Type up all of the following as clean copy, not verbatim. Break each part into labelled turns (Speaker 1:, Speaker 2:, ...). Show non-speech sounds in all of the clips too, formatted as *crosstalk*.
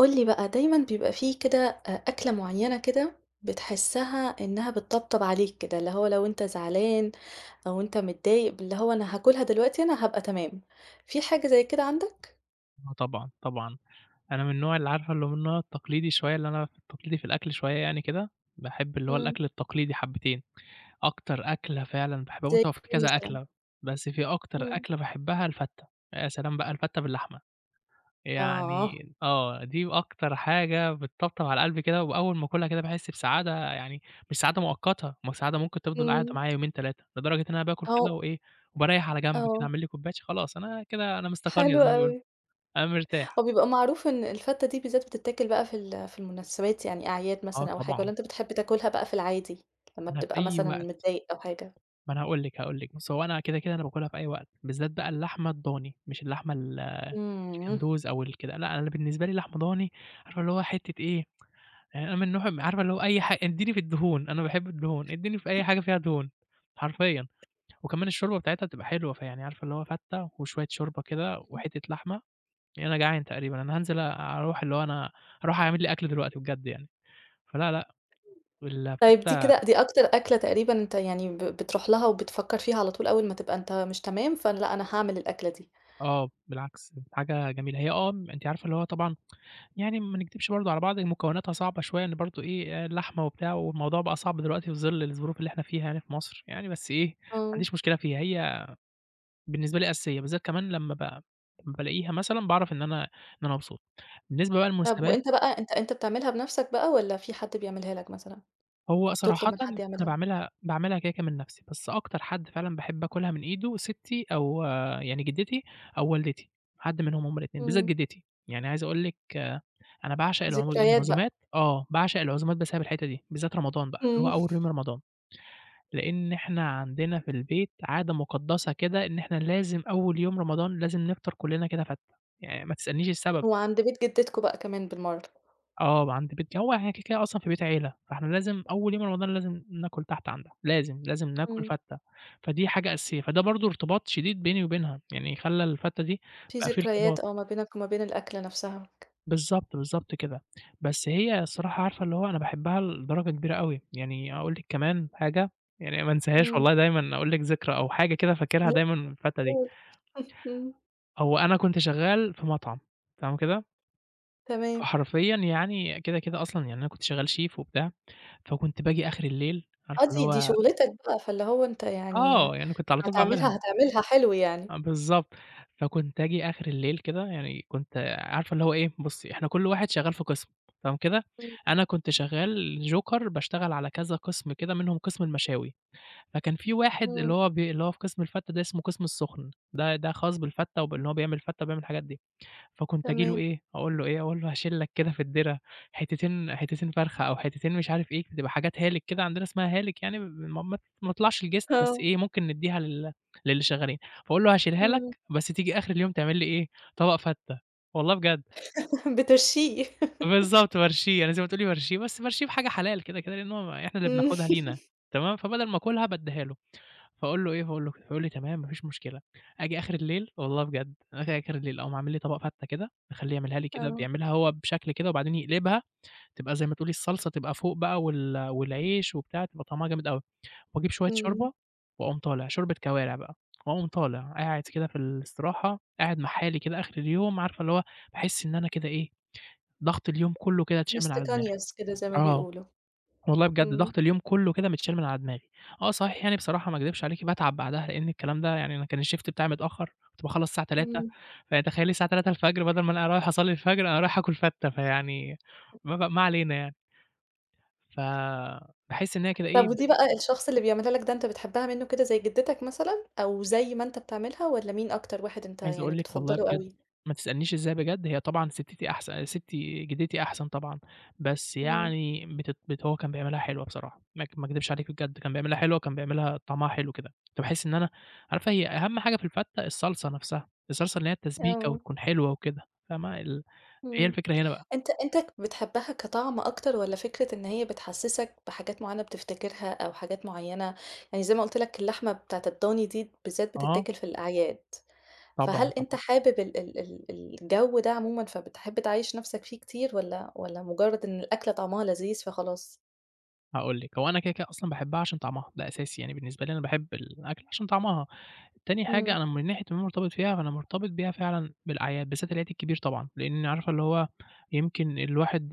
Speaker 1: قُل لي بقى دايمًا بيبقى في كده أكلة معيّنة كده، بتحسّها إنها بتطبطب عليك كده، اللي هو لو أنت زعلان أو أنت متضايق، اللي هو أنا هاكلها دلوقتي أنا هابقى تمام، في حاجة زي كده عندك؟
Speaker 2: آه طبعًا، طبعًا. أنا من النوع اللي عارفة اللي هو من النوع التقليدي شوية، اللي أنا التقليدي في الأكل شوية يعني كده، باحب اللي هو
Speaker 1: إمم.
Speaker 2: الأكل التقليدي حبّتين. أكتر أكلة فعلًا باحبها
Speaker 1: زي
Speaker 2: بُص، هو في
Speaker 1: إيه
Speaker 2: كذا
Speaker 1: مثلًا؟
Speaker 2: أكلة، بس في أكتر
Speaker 1: إمم.
Speaker 2: أكلة باحبها الفتّة. يا سلام بقى الفتّة باللحمة، يعني
Speaker 1: آه.
Speaker 2: آه، دي أكتر حاجة بتطبطب على القلب كده، وأول ما آكلها كده باحس بسعادة يعني مش سعادة مؤقتة، ما سعادة ممكن تفضل قاعدة
Speaker 1: إمم.
Speaker 2: معايا يومين، 3 لدرجة إن أنا باكل كده
Speaker 1: هو.
Speaker 2: وإيه، وباريّح على جنب كده،
Speaker 1: آه،
Speaker 2: أعمل لي كوباية خلاص أنا كده أنا مستقرية
Speaker 1: حلو
Speaker 2: زي ما بيقولوا،
Speaker 1: أوي.
Speaker 2: أنا مرتاح.
Speaker 1: هو بيبقى معروف إن الفتّة دي بالذات بتتاكل بقى في المناسبات، يعني أعياد
Speaker 2: آه
Speaker 1: مثلًا أو حاجة،
Speaker 2: طبعًا،
Speaker 1: والّا أنت بتحب تاكلها بقى في العادي لمّا
Speaker 2: أنا في
Speaker 1: بتبقى
Speaker 2: أي
Speaker 1: مثلًا
Speaker 2: وقت
Speaker 1: متضايق أو حاجة؟
Speaker 2: ما أنا هاقول لِك، بُصّي هو أنا كده، كده أنا باكلها في أي وقت، بالذات بقى اللحمة الضاني، مش اللحمة ال
Speaker 1: إمم.
Speaker 2: الكندوز أو الكده، لأ أنا بالنسبة لي لحمة ضاني عارفة اللي هو حتة إيه، يعني أنا من نوع عارفة اللي هو أي ادّيني في الدهون، أنا باحب الدهون، ادّيني في أي حاجة فيها دهون، حرفيًا، وكمان الشوربة بتاعتها بتبقى حلوة، فيعني عارفة اللي هو فتة وشوية شوربة كده وحتة لحمة، يعني أنا جعان تقريبًا، أنا هانزل أروح اللي هو أنا هاروح أعمل لي أكل دلوقتي بجد يعني، فلا، لأ،
Speaker 1: طيب، دي
Speaker 2: الفتة
Speaker 1: كده دي أكتر أكلة تقريبًا أنت يعني بتروح لها وبتفكّر فيها على طول أول ما تبقى أنت مش تمام، فلأ أنا هاعمل الأكلة دي.
Speaker 2: آه، بالعكس حاجة جميلة. هي آه، أنتِ عارفة اللي هو طبعًا يعني ما نكدبش برضه على بعض، مكوناتها صعبة شوية، إن برضه إيه، لحمة وبتاع، والموضوع بقى صعب دلوقتي في ظل الظروف اللي إحنا فيها يعني في مصر يعني، بس إيه، ما
Speaker 1: آه.
Speaker 2: عنديش مشكلة فيها، هي بالنسبة لي أساسية، بالذات كمان لمّا بالاقيها مثلًا باعرف إن أنا إن أنا مبسوط. بالنسبة بقى
Speaker 1: طب،
Speaker 2: للمناسبات
Speaker 1: وأنت بقى أنت بتعملها بنَفْسك بقى والّا في حد بيعملها لك مثلًا؟
Speaker 2: هو
Speaker 1: تطلب
Speaker 2: صراحةً
Speaker 1: من حد
Speaker 2: أنا
Speaker 1: يعملها؟
Speaker 2: باعملها كيكة من نَفْسي، بس أكتر حد فعلًا باحب آكلها من إيده ستّي أو يعني جدتي أو والدتي، حد منهم هُم الاتنين، بالذات
Speaker 1: إمم.
Speaker 2: جدتي، يعني عايز أقول لك أنا باعشق العزو
Speaker 1: ذكريات بقى.
Speaker 2: العزومات آه، باعشق العزومات بسبب الحتّة دي، بالذات رمضان بقى، اللي هو
Speaker 1: إمم.
Speaker 2: أول يوم رمضان، لإن إحنا عندنا في البيت عادة مُقدّسة كده إن إحنا لازم أول يوم رمضان لازم نفطر كُلّنا كده فتّة، يعني ما تسألنيش السبب.
Speaker 1: وعند بيت جدتكم بقى كمان بالمَرّة.
Speaker 2: آه، عند بيت هو إحنا كده، كده أصلًا في بيت عيلة، فإحنا لازم أول يوم رمضان لازم ناكل تحت عندها، لازم، لازم ناكل
Speaker 1: إمم.
Speaker 2: فتة، فدي حاجة أساسية، فده برضه ارتباط شديد بيني وبينها، يعني خلّى الفتة دي
Speaker 1: في
Speaker 2: بقى في ارتباط،
Speaker 1: ذكريات آه ما بينك وما بين الأكلة نَفْسها.
Speaker 2: بالضبط، بالضبط كده، بس هي الصراحة عارفة اللي هو أنا باحبها لدرجة كبيرة أوي، يعني أقول لِك كمان حاجة يعني ما انساهاش
Speaker 1: إمم.
Speaker 2: والله دايمًا أقول لِك ذكرى أو حاجة كده فاكرها دايمًا من الفتة دي،
Speaker 1: إمم.
Speaker 2: هو أنا كنت شغال في مطعم تمام كده،
Speaker 1: تمام.
Speaker 2: فحرفيًا يعني كده، كده أصلًا يعني أنا كنت شغال شيف وبتاع فكنت باجي آخر الليل عارفة
Speaker 1: آه،
Speaker 2: اللي
Speaker 1: دي
Speaker 2: هو
Speaker 1: شُغلتك بقى، فاللي هو أنت يعني
Speaker 2: آه، يعني كنت على طول باعملها
Speaker 1: هتعملها، هتعملها حلو يعني.
Speaker 2: آه، بالضبط. فكنت آجي آخر الليل كده يعني كنت عارفة اللي هو إيه، بُصّي إحنا كل واحد شغّال في قسم تمام كده،
Speaker 1: إمم.
Speaker 2: أنا كنت شغّال joker باشتغل على كذا قسم كده منهم قسم المشاوي، فكان في واحد اللي
Speaker 1: إمم.
Speaker 2: هو اللي هو في قسم الفتة ده اسمه قسم السُخن، ده خاص بالفتة وبإن هو بيعمل فتة وبيعمل الحاجات دي. فكنت آجي له
Speaker 1: تمام.
Speaker 2: إيه، أقول له إيه، أقول له هاشيل لك كده في الدِرَع حتتين حتتين فرخة أو حتتين مش عارف إيه، بتبقى حاجات هالِك كده عندنا اسمها هالِك يعني ما تطلعش لجسم بس
Speaker 1: آه،
Speaker 2: إيه، ممكن ندّيها للي شغّالين، فاقول له هاشيلها لك
Speaker 1: إمم.
Speaker 2: بس تيجي آخر اليوم تعمل لي إيه، طبق فتّة، والله بجد،
Speaker 1: *laughs* بترشيه.
Speaker 2: بالضبط بارشيه، يعني زي ما تقولي بارشيه، بس بارشيه بحاجة حلال كده، كده لإن هو إحنا اللي
Speaker 1: إمم.
Speaker 2: بناخدها لينا تمام، فبدل ما آكلها بادّيها له. فاقول له إيه، فاقول له كده، فيقول لي: "تمام، ما فيش مشكلة." آجي آخر الليل والله بجد، آجي آخر الليل أقوم عامل لي طبق فتة كده، أخلّيه يعملها لي كده،
Speaker 1: آه.
Speaker 2: بيعملها هو بشكل كده وبعدين يقلبها، تبقى زي ما تقولي الصلصة تبقى فوق بقى والعيش وبتاع، تبقى طعمها جامد أوي، وأجيب شوية
Speaker 1: إمم.
Speaker 2: شوربة وأقوم طالع، شوربة كوارع بقى، وأقوم طالع قاعد كده في الاستراحة، قاعد مع حالي كده آخر اليوم، عارفة اللي هو باحس إن أنا كده إيه، ضغط اليوم كله كده اتشال من على دماغي.
Speaker 1: مستكانيوس *laughs* كده زي ما
Speaker 2: آه.
Speaker 1: بيقولوا.
Speaker 2: والله بجد
Speaker 1: إمم.
Speaker 2: ضغط اليوم كلّه كده متشال من على دماغي. آه صحيح يعني بصراحة ما اكدبش عليكِ باتعب بعدها، لإن الكلام ده يعني أنا كان الshift بتاعي متأخّر، كنت باخلّص الساعة 15:00
Speaker 1: إمم.
Speaker 2: فتخيّلي الساعة 15:00 بدل ما أنا رايح أصلّي الفجر أنا رايح آكل فتّة، فيعني ما علينا يعني. فباحس إن هي كده
Speaker 1: طب،
Speaker 2: إيه
Speaker 1: ودي بقى الشخص اللي بيعملها لك ده، أنت بتحبها منّه كده زي جدتك مثلًا أو زي ما أنت بتعملها والّا مين أكتر واحد أنت
Speaker 2: عايز أقول
Speaker 1: يعني
Speaker 2: لِك والله
Speaker 1: بتفضّله
Speaker 2: بجد
Speaker 1: أوي؟
Speaker 2: ما تسألنيش إزاي بجد، هي طبعًا سِتّتي أحسن سِتّي جدتي أحسن طبعًا، بس
Speaker 1: إمم.
Speaker 2: يعني بتت بت هو كان بيعملها حلوة بصراحة، ما أكدبش عليكِ بجد، كان بيعملها حلوة، كان بيعملها طعمها حلو كده، كنت باحس إن أنا عارفة هي أهم حاجة في الفتة الصلصة نفسها، الصلصة اللي هي التسبيكة
Speaker 1: آه.
Speaker 2: وتكون حلوة وكده، فاهمة؟ هي
Speaker 1: إمم.
Speaker 2: الفكرة هنا بقى
Speaker 1: أنت بتحبها كطعم أكتر، والّا فكرة إن هي بتحسّسك بحاجات معيّنة بتفتكرها أو حاجات معيّنة؟ يعني زي ما قُلت لك اللحمة بتاعة الضاني دي بالذات
Speaker 2: آه،
Speaker 1: بتتاكل في الأعياد.
Speaker 2: طبعًا،
Speaker 1: فهل أنت
Speaker 2: طبعًا،
Speaker 1: حابب ال ال ال ال الجو ده عمومًا، فبتحب تعيّش نَفْسك فيه كتير، والّا مجرّد إن الأكلة طعمها لذيذ فخلاص؟
Speaker 2: هاقول لِك، هو أنا كده، كده أصلًا باحبها عشان طعمها، ده أساسي يعني بالنسبة لي أنا باحب الأكل عشان طعمها. تاني حاجة
Speaker 1: إمم.
Speaker 2: أنا من ناحية إن أنا مرتبط فيها، فأنا مرتبط بيها فعلًا بالأعياد، بالذات العيد الكبير طبعًا، لإن عارفة اللي هو يمكن الواحد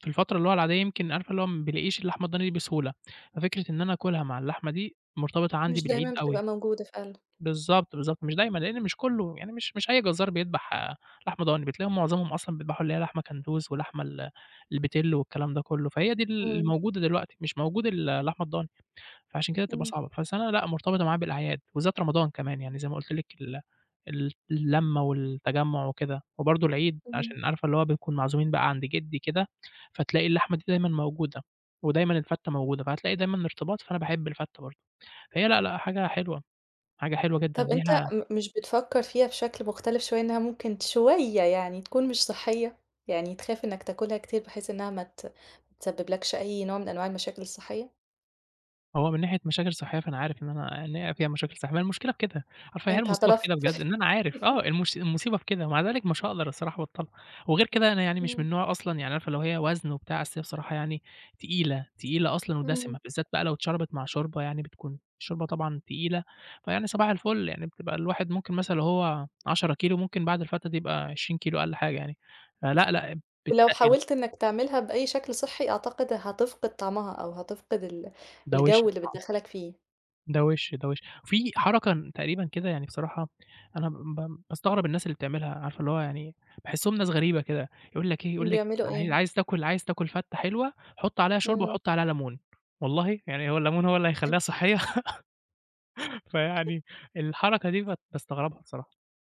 Speaker 2: في الفترة اللي هو العادية يمكن عارفة اللي هو ما بيلاقيش اللحمة الضاني دي بسهولة، ففكرة إن أنا آكلها مع اللحمة دي مرتبطة عندي
Speaker 1: مش
Speaker 2: بالعيد
Speaker 1: دايمًا
Speaker 2: أوي.
Speaker 1: بتبقى موجودة فعلًا.
Speaker 2: بالضبط، بالضبط، مش دايمًا لإن مش كُلّه يعني مش أي جزار بيدبح لحمة ضاني، بتلاقيهم معظمهم أصلًا بيدبحوا اللي هي لحمة كندوز ولحمة البِتِلّ والكلام ده كُلّه، فهي دي اللي
Speaker 1: إمم،
Speaker 2: موجودة دلوقتي، مش موجود اللحمة الضاني. فعشان كده بتبقى
Speaker 1: إمم،
Speaker 2: صعبة، فالسنة لأ مرتبطة معاه بالأعياد، وبالذات رمضان كمان، يعني زي ما قُلت لِك ال اللمة والتجمُّع وكده، وبرضه العيد
Speaker 1: إمم.
Speaker 2: عشان عارفة اللي هو بنكون معزومين بقى عند جدي كده، فتلاقي اللحمة دي دايمًا موجودة، ودايمًا الفتة موجودة، فهتلاقي دايمًا ارتباط، فأنا باحب الفتة برضه، فهي لأ، لأ حاجة حلوة، حاجة حلوة جدًا،
Speaker 1: طَب أنت
Speaker 2: ليها
Speaker 1: مش بتفكّر فيها بشكل مختلف شوية، إنها ممكن شوية يعني تكون مش صحّية؟ يعني تخاف إنّك تاكلها كتير بحيث إنّها ما تسبّبلكش أي نوع من أنواع المشاكل الصحّية؟
Speaker 2: هو من ناحية مشاكل صحية فأنا عارف إن أنا إن هي فيها مشاكل صحية، ما هي المشكلة في كده، عارفة هي
Speaker 1: أنت
Speaker 2: المصيبة في كده
Speaker 1: اعترفت.
Speaker 2: بجد، إن أنا عارف آه، المصيبة في كده، ومع ذلك مش هاقدر الصراحة أبطّلها، وغير كده أنا يعني
Speaker 1: *laughs*
Speaker 2: مش
Speaker 1: إمم،
Speaker 2: من نوع أصلًا يعني عارفة اللي هو هي وزن وبتاع، أصل هي بصراحة يعني تقيلة، تقيلة أصلًا
Speaker 1: إمم.
Speaker 2: ودسمة، بالذات بقى لو اتشربت مع شوربة يعني بتكون الشوربة طبعًا تقيلة، فيعني صباح الفل، يعني بتبقى الواحد ممكن مثلًا لو هو 10 كيلو ممكن بعد الفترة دي يبقى 20 كيلو أقل حاجة يعني، فلأ، لأ،
Speaker 1: ولو
Speaker 2: بتتقِّل،
Speaker 1: حاولت إنك تعملها بأي شكل صحّي، أعتقد هتفقد طعمها أو هتفقد
Speaker 2: ده وِش
Speaker 1: الجو اللي
Speaker 2: طبعًا.
Speaker 1: بتدخّلك فيه.
Speaker 2: ده وِش، ده وِش. في حركة تقريبًا كده يعني بصراحة أنا باستغرب الناس اللي بتعملها، عارفة اللي هو يعني باحسّهم ناس غريبة كده، يقول لك إيه، يقول لك
Speaker 1: بيعملوا
Speaker 2: عايز
Speaker 1: إيه؟
Speaker 2: عايز تاكل عايز تاكل فتّة حلوة، حُط عليها شوربة
Speaker 1: إمم.
Speaker 2: وحُط عليها ليمون. والله! يعني هو الليمون هو اللي هيخلّيها صحّية؟ فيعني الحركة دي باستغربها بصراحة،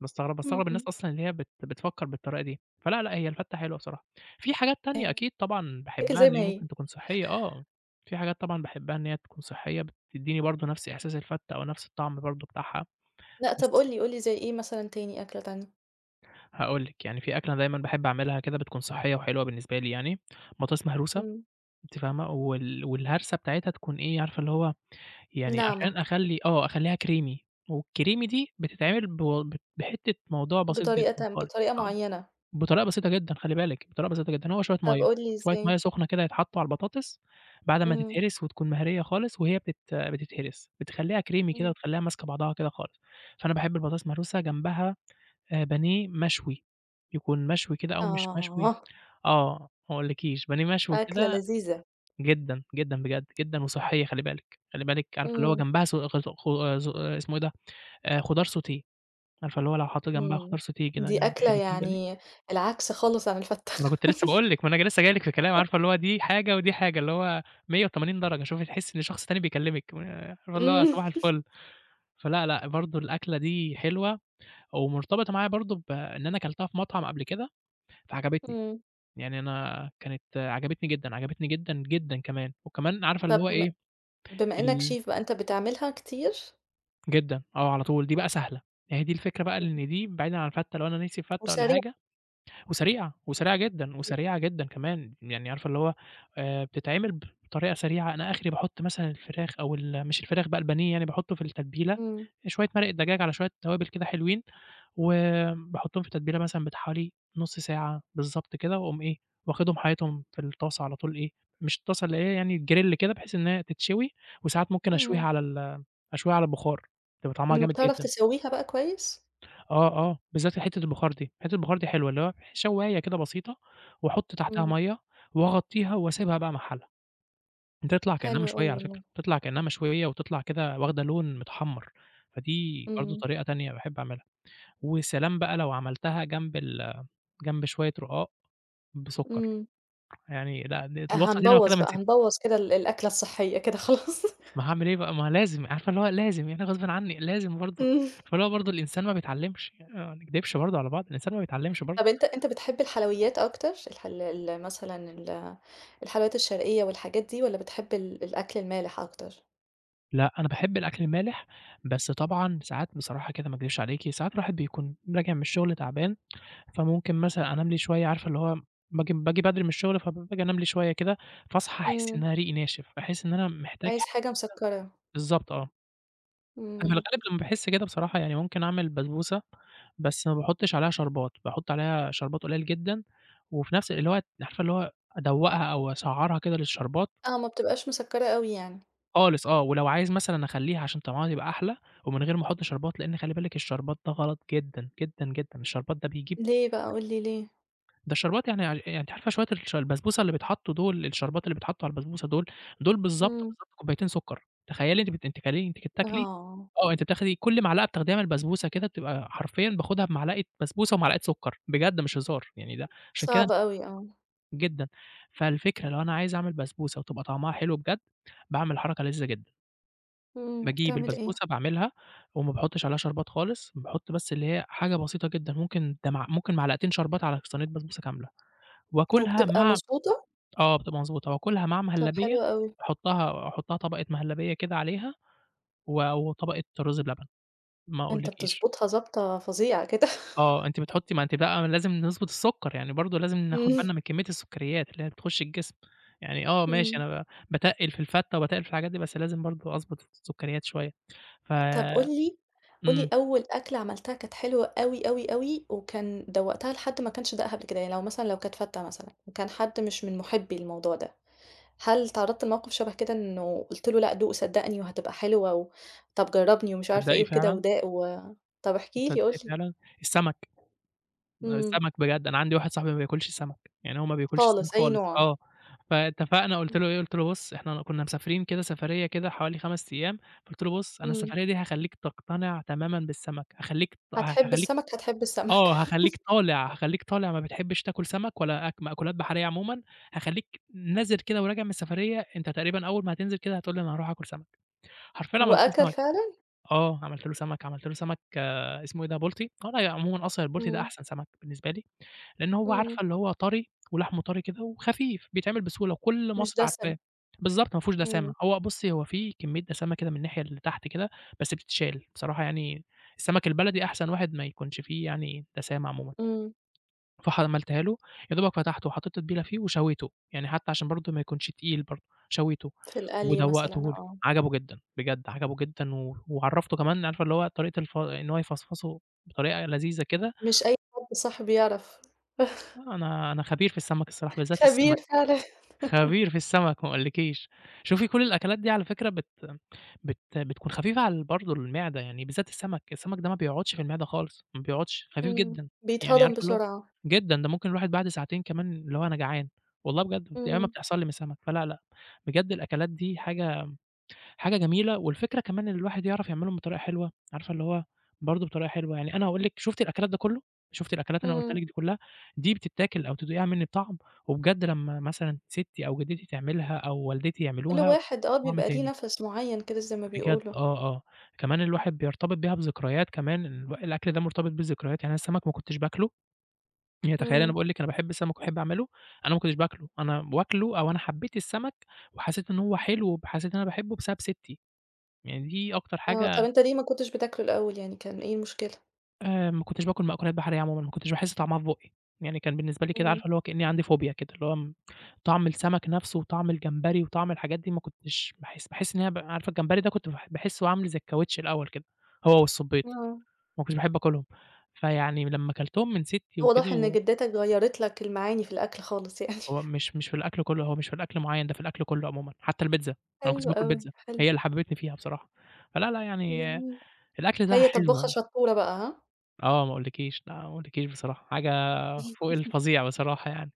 Speaker 2: باستغربها، باستغرب الناس
Speaker 1: إمم.
Speaker 2: أصلًا اللي هي بتفكّر بالطريقة دي، فلا، لأ هي الفتة حلوة بصراحة. في حاجات تانية أكيد طبعًا
Speaker 1: بتتاكل
Speaker 2: باحبها
Speaker 1: زي
Speaker 2: إن
Speaker 1: ما
Speaker 2: هي
Speaker 1: هي.
Speaker 2: ممكن تكون صحّية آه، في حاجات طبعًا باحبها إن هي تكون صحّية بتدّيني برضه نفس إحساس الفتة أو نفس الطعم برضه بتاعها،
Speaker 1: لأ، طب
Speaker 2: بس
Speaker 1: قُل لي، قُل لي زي إيه مثلًا، تاني أكلة تانية؟
Speaker 2: هاقول لِك، يعني في أكلة دايمًا باحب أعملها كده بتكون صحّية وحلوة بالنسبة لي يعني، بطاطس مهروسة
Speaker 1: إمم.
Speaker 2: أنتِ فاهمة، والهرسة بتاعتها تكون إيه، عارفة اللي هو يعني
Speaker 1: ناعمة،
Speaker 2: عشان أخلّي آه، أخلّيها creamy والcreamy دي بتتعمل بو ب بحتّة موضوع بسيط جدًا خالص،
Speaker 1: بطريقة
Speaker 2: آه،
Speaker 1: معيّنة.
Speaker 2: بطريقة بسيطة جدًا خلّي بالِك، بطريقة بسيطة جدًا، هو شوية
Speaker 1: طب
Speaker 2: مَيّة،
Speaker 1: قُل لي
Speaker 2: شوية مَيّة
Speaker 1: إزاي؟
Speaker 2: سخنة كده يتحطّوا على البطاطس بعد ما
Speaker 1: إمم.
Speaker 2: تتهرس وتكون مهرية خالص وهي بتتهرس، بتخلّيها creamy كده
Speaker 1: إمم.
Speaker 2: وتخلّيها ماسكة بعضها كده خالص، فأنا باحب البطاطس مهروسة جنبها بانيه مشوي، يكون مشوي كده أو مش مشوي
Speaker 1: آه،
Speaker 2: آه، ما أقولكيش بانيه مشوي
Speaker 1: أكلة
Speaker 2: كده
Speaker 1: لذيذة.
Speaker 2: جدًا، جدًا بجد، جدًا وصحّية خلّي بالِك، خلّي بالِك عارفة اللي هو
Speaker 1: إمم.
Speaker 2: جنبها سو خ خ ز اسمه إيه ده، خضار sauté عارفة اللي هو لو حطّوا جنبها خضار
Speaker 1: إمم.
Speaker 2: sauté كده
Speaker 1: دي
Speaker 2: جنب
Speaker 1: أكلة
Speaker 2: حتتين بانيه
Speaker 1: يعني العكس خالص عن الفتّة.
Speaker 2: ما أنا كنت لسه
Speaker 1: *laughs*
Speaker 2: باقول لِك، ما أنا لسه جاي لِك في الكلام، عارفة اللي هو دي حاجة ودي حاجة، اللي هو 180 درجة، شوفي تحسّي إن شخص تاني بيكلّمِك، عارفة اللي هو
Speaker 1: إمم.
Speaker 2: صباح الفُل. فلأ، لأ برضه الأكلة دي حلوة ومرتبطة معايا برضه بإن أنا كلتها في مطعم قبل كده، فعجبتني،
Speaker 1: إمم.
Speaker 2: يعني أنا كانت عجبتني جدًا، عجبتني جدًا، جدًا كمان، وكمان عارفة اللي
Speaker 1: طب،
Speaker 2: هو إيه،
Speaker 1: بما إنك
Speaker 2: ال
Speaker 1: شيف بقى أنت بتعملها كتير؟
Speaker 2: جدًا، آه على طول، دي بقى سهلة، يعني هي دي الفكرة بقى
Speaker 1: إمم.
Speaker 2: إن دي بعيدًا عن الفتّة، لو أنا نِسي الفتّة والّا
Speaker 1: وسريعة
Speaker 2: حاجة وسريعة، وسريعة جدًا،
Speaker 1: كمان.
Speaker 2: وسريعة جدًا كمان، يعني عارفة اللي هو بتتعمل بطريقة سريعة، أنا آخري باحُط مثلًا الفراخ أو مش الفراخ بقى البانيه يعني باحُطّه في التتبيلة،
Speaker 1: إمم.
Speaker 2: شوية مرقة دجاج على شوية توابل كده حلوين، وباحُطّهم في تتبيلة مثلًا بتاع حوالي نُص ساعة بالضبط كده، وأقوم إيه واخدهم حاططهم في الطاسة على طول إيه، مش الطاسة اللي هي يعني الgrill كده بحيث إن هي تتشوي، وساعات ممكن أشويها
Speaker 1: إمم.
Speaker 2: على أشويها على البخار، بتبقى طعمها
Speaker 1: إمم،
Speaker 2: جامد
Speaker 1: وبتعرف
Speaker 2: جدًا.
Speaker 1: تسويها بقى كويس؟
Speaker 2: آه، آه، بالذات حتّة البخار دي حلوة، اللي هو شواية كده بسيطة وأحط تحتها
Speaker 1: إمم،
Speaker 2: مَيّة وأغطّيها وأسيبها بقى محلها، بتطلع كإنّها
Speaker 1: حلو
Speaker 2: مشوية
Speaker 1: أوي
Speaker 2: على
Speaker 1: والله.
Speaker 2: فكرة، بتطلع كإنّها مشوية وتطلع كده واخدة لون متحمّر، فدي برضه
Speaker 1: إمم،
Speaker 2: طريقة تانية باحب أعملها، وسلام بقى لو عملتها جنب شوية رقاق بسُكّر،
Speaker 1: إمم.
Speaker 2: يعني لأ الوصفة دي أنا واخدها
Speaker 1: هنبوّظ
Speaker 2: من
Speaker 1: بقى،
Speaker 2: ستّي،
Speaker 1: هنبوّظ كده الأكلة الصحية كده *laughs* خلاص.
Speaker 2: ما هاعمل إيه بقى، ما لازم، عارفة اللي هو لازم، يعني غصبٍ عنّي لازم برضه،
Speaker 1: إمم.
Speaker 2: فاللي هو برضه الإنسان ما بيتعلّمش، ما نكدبش برضه على بعض، الإنسان ما بيتعلّمش برضه.
Speaker 1: طب، أنت بتحب الحلويات أكتر؟ الحل ال مثلًا الحلويات الشرقية والحاجات دي، والّا بتحب الأكل المالح أكتر؟
Speaker 2: لأ، أنا باحب الأكل المالح، بس طبعًا ساعات بصراحة كده ما اكدبش عليكِ، ساعات الواحد بيكون راجع من الشغل تعبان، فممكن مثلًا أنام لي شوية عارفة اللي هو باجي بدري من الشغل، فباجي أنام لي شوية كده، فاصحى أحس إن
Speaker 1: إمم،
Speaker 2: أنا ريقي ناشف، أحس إن أنا محتاج
Speaker 1: عايز حاجة مسكّرة.
Speaker 2: بالضبط آه، أنا في
Speaker 1: إمم.
Speaker 2: الغالب لمّا باحس كده بصراحة يعني ممكن أعمل بسبوسة، بس ما باحطش عليها شربات، باحط عليها شربات قليل جدًا، وفي نفس اللي هو عارفة اللي هو أدوّقها أو أسعّرها كده للشربات
Speaker 1: آه، ما بتبقاش مسكّرة أوي يعني.
Speaker 2: خالص آه، ولو عايز مثلًا أخلّيها عشان طعمها يبقى أحلى ومن غير ما أحط شربات، لإن خلّي بالِك الشربات ده غلط جدًا، جدًا، جدًا، الشربات ده بيجيب
Speaker 1: ليه بقى، قُل لي ليه؟
Speaker 2: ده الشربات يعني ع يعني أنتِ عارفة شوية البسبوسة اللي بيتحطّوا دول، الشربات اللي بيتحطّوا على البسبوسة دول، دول بالضبط،
Speaker 1: إمم،
Speaker 2: بالضبط كوبايتين سُكّر، تخيّلي أنتِ بتاكلي
Speaker 1: آه.
Speaker 2: آه، أنتِ بتاخدي كل معلقة بتاخديها من البسبوسة كده بتبقى حرفيًا باخدها بمعلقة بسبوسة ومعلقة سُكّر، بجد مش هزار، يعني ده عشان كده
Speaker 1: صعب أوي آه.
Speaker 2: جدًا، فالفكرة لو أنا عايز أعمل بسبوسة وتبقى طعمها حلو بجد، باعمل حركة لذيذة جدًا.
Speaker 1: إمم،
Speaker 2: باجيب
Speaker 1: بتعمل إيه؟
Speaker 2: البسبوسة باعملها وما باحطّش عليها شربات خالص، باحط بس اللي هي حاجة بسيطة جدًا، ممكن ده مع ممكن معلقتين شربات على صينية بسبوسة كاملة، وآكلها
Speaker 1: وبتبقى
Speaker 2: مع
Speaker 1: مضبوطة؟
Speaker 2: آه، بتبقى مضبوطة، وآكلها مع
Speaker 1: طَب،
Speaker 2: مهلبية،
Speaker 1: حلو أوي.
Speaker 2: أحطّها طبقة مهلبية كده عليها وطبقة رز بلبن، ما
Speaker 1: أنت
Speaker 2: أقولكيش.
Speaker 1: بتضبطها ضبطة فظيعة كده. *laughs*
Speaker 2: آه، أنتِ بتحطّي ما أنتِ بقى لازم نضبط السُكّر، يعني برضه لازم ناخد
Speaker 1: إمم،
Speaker 2: بالنا من كمية السُكّريات اللي هي بتخش الجسم، يعني آه ماشي
Speaker 1: إمم.
Speaker 2: أنا ب باتقِّل في الفتّة وباتقِّل في الحاجات دي، بس لازم برضه أضبط السُكّريات شوية. ف
Speaker 1: طَب قُل لي، قُل لي
Speaker 2: إمم،
Speaker 1: أول أكلة عملتها كانت حلوة أوي، أوي، أوي، وكان دوّقتها لحد ما كانش داقها قبل كده، يعني لو مثلًا لو كانت فتة مثلًا وكان حد مش من مُحبّي الموضوع ده، هل اتعرّضت لموقف شبه كده إنه قُلت له لأ دوق صدّقني وهتبقى حلوة، و طَب جرّبني ومش عارفة
Speaker 2: تصدّقي
Speaker 1: إيه وكده
Speaker 2: فعلًا
Speaker 1: وداق و طَب احكِ لي قُل
Speaker 2: تصدّقي
Speaker 1: لي.
Speaker 2: فعلًا؟ السمك،
Speaker 1: إمم،
Speaker 2: السمك بجد أنا عندي واحد صاحبي ما بياكلش سمك، يعني هو ما بياكلش سمك
Speaker 1: خالص أي
Speaker 2: خالص
Speaker 1: نوع.
Speaker 2: آه، فاتفقنا قُلت
Speaker 1: إمم،
Speaker 2: له إيه، قُلت له: "بُص إحنا كنا مسافرين كده سفرية كده حوالي 5 أيام." قُلت له: "بُص أنا
Speaker 1: إمم.
Speaker 2: السفرية دي هاخلّيك تقتنع تمامًا بالسمك،
Speaker 1: هتحب
Speaker 2: هاخلّيك
Speaker 1: السمك، هتحب السمك.
Speaker 2: آه،
Speaker 1: *laughs*
Speaker 2: هاخلّيك طالع، هاخلّيك طالع ما بتحبش تاكل سمك ولا مأكولات بحرية عمومًا، هاخلّيك نازل كده وراجع من السفرية أنت تقريبًا أول ما هتنزل كده هتقول لي أنا هاروح آكل سمك." حرفيًا عملت له
Speaker 1: وأكل
Speaker 2: سمك.
Speaker 1: فعلًا؟
Speaker 2: آه، عملت له سمك، عملت له سمك اسمه إيه ده، بلطي، أنا عمومًا أصلًا البلطي ده
Speaker 1: إمم،
Speaker 2: أحسن سمك بالنسبة لي، لأن هو
Speaker 1: إمم،
Speaker 2: عارفة اللي هو طري ولحمه طري كده وخفيف، بيتعمل بسهولة وكل
Speaker 1: مش
Speaker 2: مصر
Speaker 1: دسم.
Speaker 2: عارفاه، بالضبط ما فيهوش دسامة،
Speaker 1: إمم،
Speaker 2: هو بُصّي هو في كمية دسامة كده من الناحية اللي تحت كده، بس بتتشال، بصراحة يعني السمك البلدي أحسن واحد ما يكونش فيه يعني دسامة عمومًا.
Speaker 1: إمم،
Speaker 2: عملتها له، يا دوبك فتحته وحطيت تتبيلة فيه وشويته، يعني حتى عشان برضه ما يكونش تقيل برضه، شويته
Speaker 1: في القلي مثلًا
Speaker 2: ودوّقته له،
Speaker 1: آه.
Speaker 2: عجبه جدًا، بجد عجبه جدًا وعرّفته كمان عارفة اللي هو طريقة إن هو يفصفصه بطريقة لذيذة كده،
Speaker 1: مش أي حد صح بيعرف. *laughs*
Speaker 2: أنا خبير في السمك الصراحة، بالذات
Speaker 1: خبير
Speaker 2: السمك.
Speaker 1: فعلًا.
Speaker 2: خبير في السمك ما أقولكيش. شوفي كل الأكلات دي على فكرة بت بت بتكون خفيفة على ال برضه المعدة، يعني بالذات السمك، السمك ده ما بيقعدش في المعدة خالص، ما بيقعدش، خفيف
Speaker 1: إمم،
Speaker 2: جدًا، يعني
Speaker 1: بيتهضم
Speaker 2: عارفة اللي هو
Speaker 1: بسرعة.
Speaker 2: جدًا، ده ممكن الواحد بعد ساعتين كمان اللي هو أنا جعان، والله بجد ياما
Speaker 1: إمم،
Speaker 2: بتحصل لي من السمك، فلا، لأ، بجد الأكلات دي حاجة جميلة، والفكرة كمان إن الواحد يعرف يعملهم بطريقة حلوة، عارفة اللي هو برضه بطريقة حلوة، يعني أنا هاقول لِك شُفتِ الأكلات ده كُلّه، شُفتِ الأكلات اللي أنا قُلتها
Speaker 1: إمم،
Speaker 2: لِك دي كُلّها، دي بتتاكل أو تدوقيها منّي بطعم، وبجد لمّا مثلًا ستّي أو جدتي تعملها أو والدتي
Speaker 1: كل
Speaker 2: يعملوها
Speaker 1: واحد آه،
Speaker 2: طعم
Speaker 1: بيبقى ليه
Speaker 2: تاني،
Speaker 1: نَفَس معيّن كده زي ما
Speaker 2: بجد
Speaker 1: بيقولوا.
Speaker 2: آه، آه، كمان الواحد بيرتبط بيها بذكريات كمان، الأكل ده مرتبط بيه بذكريات، يعني أنا السمك ما كنتش باكله، يعني تخيّلي أنا
Speaker 1: إمم،
Speaker 2: باقول لِك أنا باحب السمك وباحب أعمله، أنا ما كنتش باكله، أنا باكله أو أنا حبيت السمك وحسيت إن هو حلو حسيت إن أنا باحبه بسبب ستّي. يعني دي أكتر
Speaker 1: آه، طَب
Speaker 2: حاجة
Speaker 1: أنت ليه ما كنتش بتاكله الأول، يعني كان إيه المشكلة؟
Speaker 2: ما كنتش باكل مأكولات بحرية عمومًا، ما كنتش باحس طعمها في بُقّي، يعني كان بالنسبة لي كده
Speaker 1: إمم،
Speaker 2: عارفة اللي هو كإني عندي فوبيا كده، اللي هو م طعم السمك نفسه وطعم الجمبري وطعم الحاجات دي ما كنتش باحس إن هي عارفة الجمبري ده كنت باحسه عامل زي الكاوتش الأول كده، هو والصبيط،
Speaker 1: آه،
Speaker 2: ما كنتش باحب آكلهم، فيعني لمّا كلتهم من سِتّي
Speaker 1: هو واضح
Speaker 2: وكده
Speaker 1: إن
Speaker 2: و
Speaker 1: جدتك غيّرت لك المعاني في الأكل خالص يعني.
Speaker 2: هو مش
Speaker 1: *laughs*
Speaker 2: مش في الأكل كله، هو مش في الأكل معيّن، ده في الأكل كله عمومًا، حتى البيتزا، أنا ما كنتش
Speaker 1: حلو
Speaker 2: باكل
Speaker 1: أوي،
Speaker 2: بيتزا،
Speaker 1: حلو،
Speaker 2: هي اللي حببتني فيها بصراحة، فلا، لا يعني آه،
Speaker 1: جميل.
Speaker 2: الأكل ده
Speaker 1: هي طبّاخة
Speaker 2: حلو.
Speaker 1: شطورة بقى، ها؟
Speaker 2: آه، ما أقولكيش، لأ ما أقولكيش بصراحة، حاجة فوق الفظيع بصراحة يعني.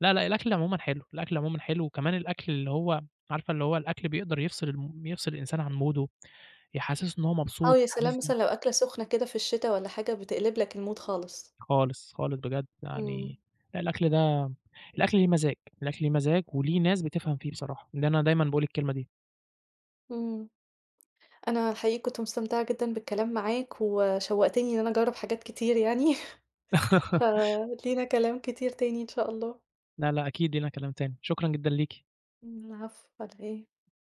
Speaker 2: لا، لأ، الأكل عمومًا حلو، الأكل عمومًا حلو، وكمان الأكل اللي هو عارفة اللي هو الأكل بيقدر يفصل يفصل الإنسان عن موده، يحسسه إن هو
Speaker 1: آه،
Speaker 2: مبسوط،
Speaker 1: يا سلام،
Speaker 2: يحسسه
Speaker 1: مثلًا لو أكلة سخنة كده في الشتا والّا حاجة بتقلب لك المود خالص.
Speaker 2: خالص، خالص بجد
Speaker 1: إمم،
Speaker 2: يعني لأ الأكل ده الأكل ليه مزاج، الأكل ليه مزاج وليه ناس بتفهم فيه بصراحة، ده أنا دايمًا باقول الكلمة دي.
Speaker 1: إمم. أنا الحقيقي كنت مستمتعة جدًا بالكلام معاك، وشوّقتني إن أنا أجرّب حاجات كتير يعني، *laughs*
Speaker 2: *laughs*
Speaker 1: فلينا كلام كتير تاني إن شاء الله.
Speaker 2: لا، لأ، أكيد لينا كلام تاني، شكرًا جدًا ليكِ.
Speaker 1: إمم، العفو، على إيه؟